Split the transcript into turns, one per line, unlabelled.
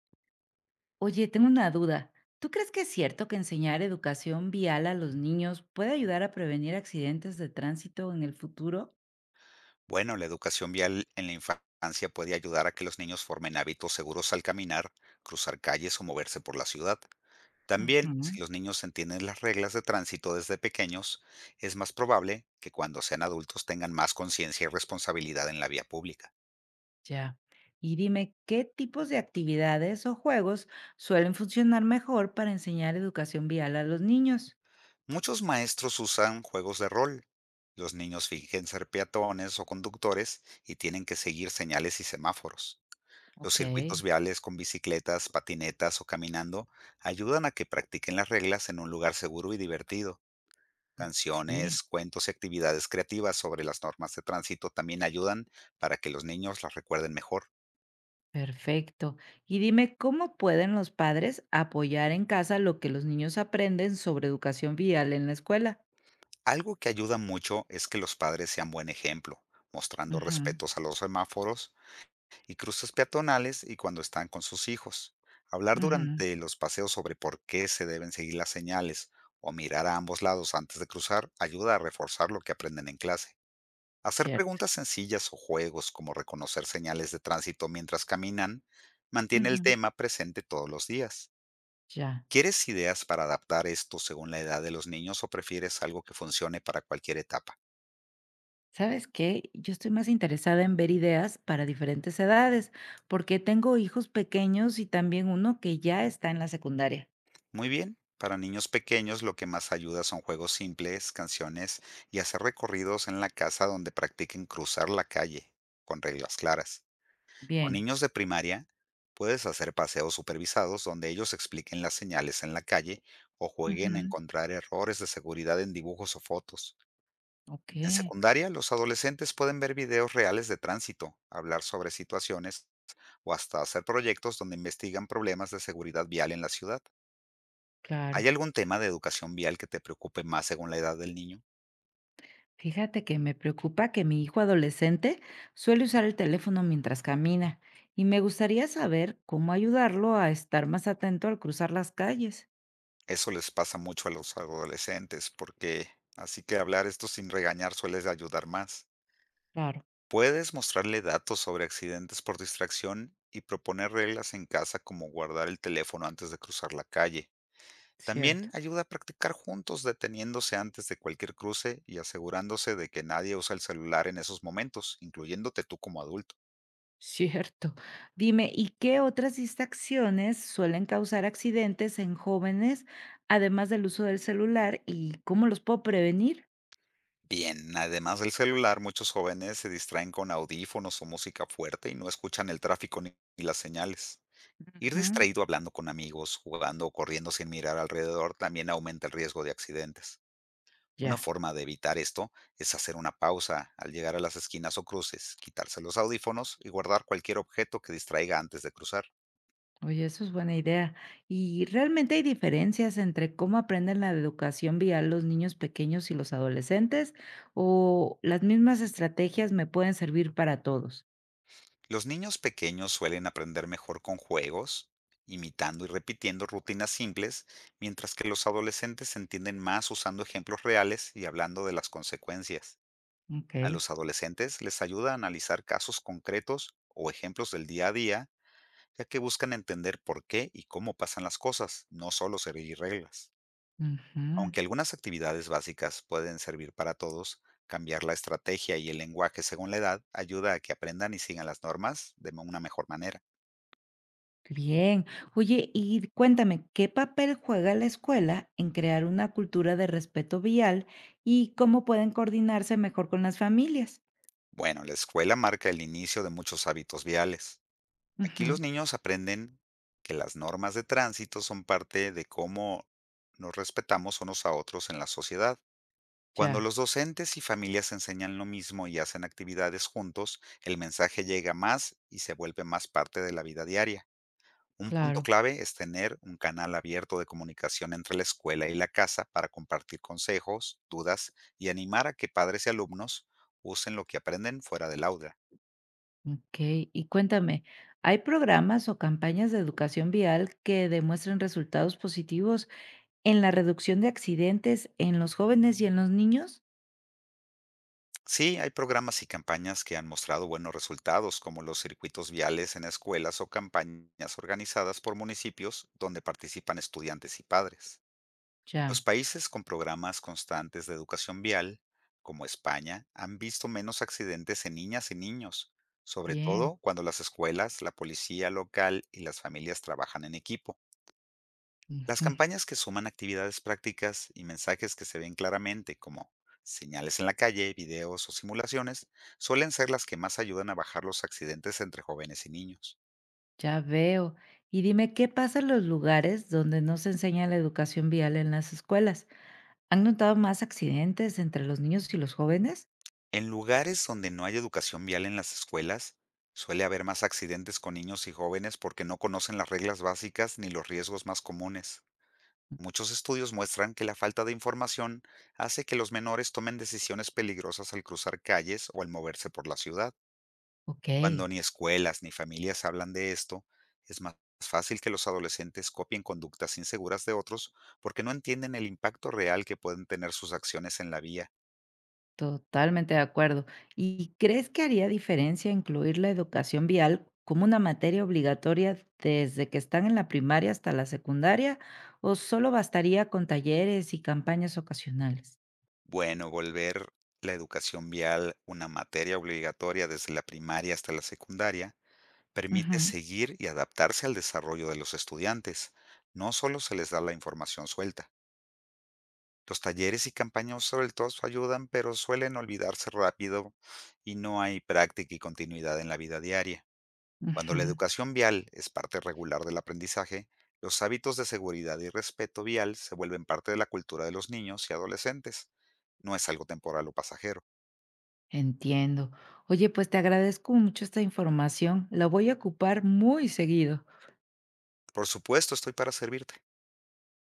Oye, tengo una duda. ¿Tú crees que es cierto que enseñar educación vial a los niños puede ayudar a prevenir accidentes de tránsito en el futuro?
Bueno, la educación vial en la infancia puede ayudar a que los niños formen hábitos seguros al caminar, cruzar calles o moverse por la ciudad. También,
Ujú.
si los niños entienden las reglas de tránsito desde pequeños, es más probable que cuando sean adultos tengan más conciencia y responsabilidad en la vía pública.
Ya. Y dime, ¿qué tipos de actividades o juegos suelen funcionar mejor para enseñar educación vial a los niños?
Muchos maestros usan juegos de rol. Los niños fingen ser peatones o conductores y tienen que seguir señales y semáforos. Los circuitos
Ok.
viales con bicicletas, patinetas o caminando ayudan a que practiquen las reglas en un lugar seguro y divertido.
Sí,
Canciones, cuentos y actividades creativas sobre las normas de tránsito también ayudan para que los niños las recuerden mejor.
perfecto. Y dime, ¿cómo pueden los padres apoyar en casa lo que los niños aprenden sobre educación vial en la escuela?
Algo que ayuda mucho es que los padres sean buen ejemplo, mostrando
Ujú,
respetos a los semáforos y cruces peatonales y cuando están con sus hijos. Hablar
ujú.
durante los paseos sobre por qué se deben seguir las señales o mirar a ambos lados antes de cruzar ayuda a reforzar lo que aprenden en clase. Hacer
Cierto.
preguntas sencillas o juegos como reconocer señales de tránsito mientras caminan mantiene el
Ujú.
tema presente todos los días.
Ya.
¿Quieres ideas para adaptar esto según la edad de los niños o prefieres algo que funcione para cualquier etapa?
¿Sabes qué? Yo estoy más interesada en ver ideas para diferentes edades, porque tengo hijos pequeños y también uno que ya está en la secundaria.
Muy bien. Para niños pequeños, lo que más ayuda son juegos simples, canciones y hacer recorridos en la casa donde practiquen cruzar la calle, con reglas claras. Con
Bien.
niños de primaria puedes hacer paseos supervisados donde ellos expliquen las señales en la calle o jueguen a
Ujú.
encontrar errores de seguridad en dibujos o fotos.
Ok,
En secundaria, los adolescentes pueden ver videos reales de tránsito, hablar sobre situaciones o hasta hacer proyectos donde investigan problemas de seguridad vial en la ciudad.
claro.
¿Hay algún tema de educación vial que te preocupe más según la edad del niño?
Fíjate que me preocupa que mi hijo adolescente suele usar el teléfono mientras camina y me gustaría saber cómo ayudarlo a estar más atento al cruzar las calles.
Eso les pasa mucho a los adolescentes, porque así que hablar esto sin regañar suele ayudar más.
Claro,
Puedes mostrarle datos sobre accidentes por distracción y proponer reglas en casa como guardar el teléfono antes de cruzar la calle. También
cierto.
ayuda a practicar juntos, deteniéndose antes de cualquier cruce y asegurándose de que nadie usa el celular en esos momentos, incluyéndote tú como adulto.
Cierto. Dime, ¿y qué otras distracciones suelen causar accidentes en jóvenes, además del uso del celular, y cómo los puedo prevenir?
Bien, además del celular, muchos jóvenes se distraen con audífonos o música fuerte y no escuchan el tráfico ni las señales. Ir
Ujú.
distraído hablando con amigos, jugando o corriendo sin mirar alrededor también aumenta el riesgo de accidentes. Una
Ya,
forma de evitar esto es hacer una pausa al llegar a las esquinas o cruces, quitarse los audífonos y guardar cualquier objeto que distraiga antes de cruzar.
oye, eso es buena idea. ¿Y realmente hay diferencias entre cómo aprenden la educación vial los niños pequeños y los adolescentes? ¿O las mismas estrategias me pueden servir para todos?
Los niños pequeños suelen aprender mejor con juegos, imitando y repitiendo rutinas simples, mientras que los adolescentes entienden más usando ejemplos reales y hablando de las consecuencias. A
Ok.
los adolescentes les ayuda a analizar casos concretos o ejemplos del día a día, ya que buscan entender por qué y cómo pasan las cosas, no solo seguir reglas.
Ujú.
Aunque algunas actividades básicas pueden servir para todos, cambiar la estrategia y el lenguaje según la edad ayuda a que aprendan y sigan las normas de una mejor manera.
Bien. Oye, y cuéntame, ¿qué papel juega la escuela en crear una cultura de respeto vial y cómo pueden coordinarse mejor con las familias?
Bueno, la escuela marca el inicio de muchos hábitos viales. Aquí los
Ujú.
niños aprenden que las normas de tránsito son parte de cómo nos respetamos unos a otros en la sociedad. Cuando
Ya,
los docentes y familias enseñan lo mismo y hacen actividades juntos, el mensaje llega más y se vuelve más parte de la vida diaria. Un punto
claro.
clave es tener un canal abierto de comunicación entre la escuela y la casa para compartir consejos, dudas y animar a que padres y alumnos usen lo que aprenden fuera del aula.
Ok. Y cuéntame, ¿hay programas o campañas de educación vial que demuestren resultados positivos en la reducción de accidentes en los jóvenes y en los niños?
Sí, hay programas y campañas que han mostrado buenos resultados, como los circuitos viales en escuelas o campañas organizadas por municipios donde participan estudiantes y padres. Los
Ya,
países con programas constantes de educación vial, como España, han visto menos accidentes en niñas y niños, sobre
bien.
todo cuando las escuelas, la policía local y las familias trabajan en equipo. Las
Ujú.
campañas que suman actividades prácticas y mensajes que se ven claramente, como señales en la calle, videos o simulaciones, suelen ser las que más ayudan a bajar los accidentes entre jóvenes y niños.
Ya veo. Y dime, ¿qué pasa en los lugares donde no se enseña la educación vial en las escuelas? ¿Han notado más accidentes entre los niños y los jóvenes?
En lugares donde no hay educación vial en las escuelas, suele haber más accidentes con niños y jóvenes porque no conocen las reglas básicas ni los riesgos más comunes. Muchos estudios muestran que la falta de información hace que los menores tomen decisiones peligrosas al cruzar calles o al moverse por la ciudad.
Ok,
Cuando ni escuelas ni familias hablan de esto, es más fácil que los adolescentes copien conductas inseguras de otros porque no entienden el impacto real que pueden tener sus acciones en la vía.
totalmente de acuerdo. ¿Y crees que haría diferencia incluir la educación vial como una materia obligatoria desde que están en la primaria hasta la secundaria? ¿O solo bastaría con talleres y campañas ocasionales?
Bueno, volver la educación vial una materia obligatoria desde la primaria hasta la secundaria permite
Ujú,
seguir y adaptarse al desarrollo de los estudiantes. No solo se les da la información suelta. Los talleres y campañas sueltos ayudan, pero suelen olvidarse rápido y no hay práctica y continuidad en la vida diaria. Cuando la
ujú.
educación vial es parte regular del aprendizaje, los hábitos de seguridad y respeto vial se vuelven parte de la cultura de los niños y adolescentes. No es algo temporal o pasajero.
Entiendo. Oye, pues te agradezco mucho esta información. La voy a ocupar muy seguido.
Por supuesto, estoy para servirte.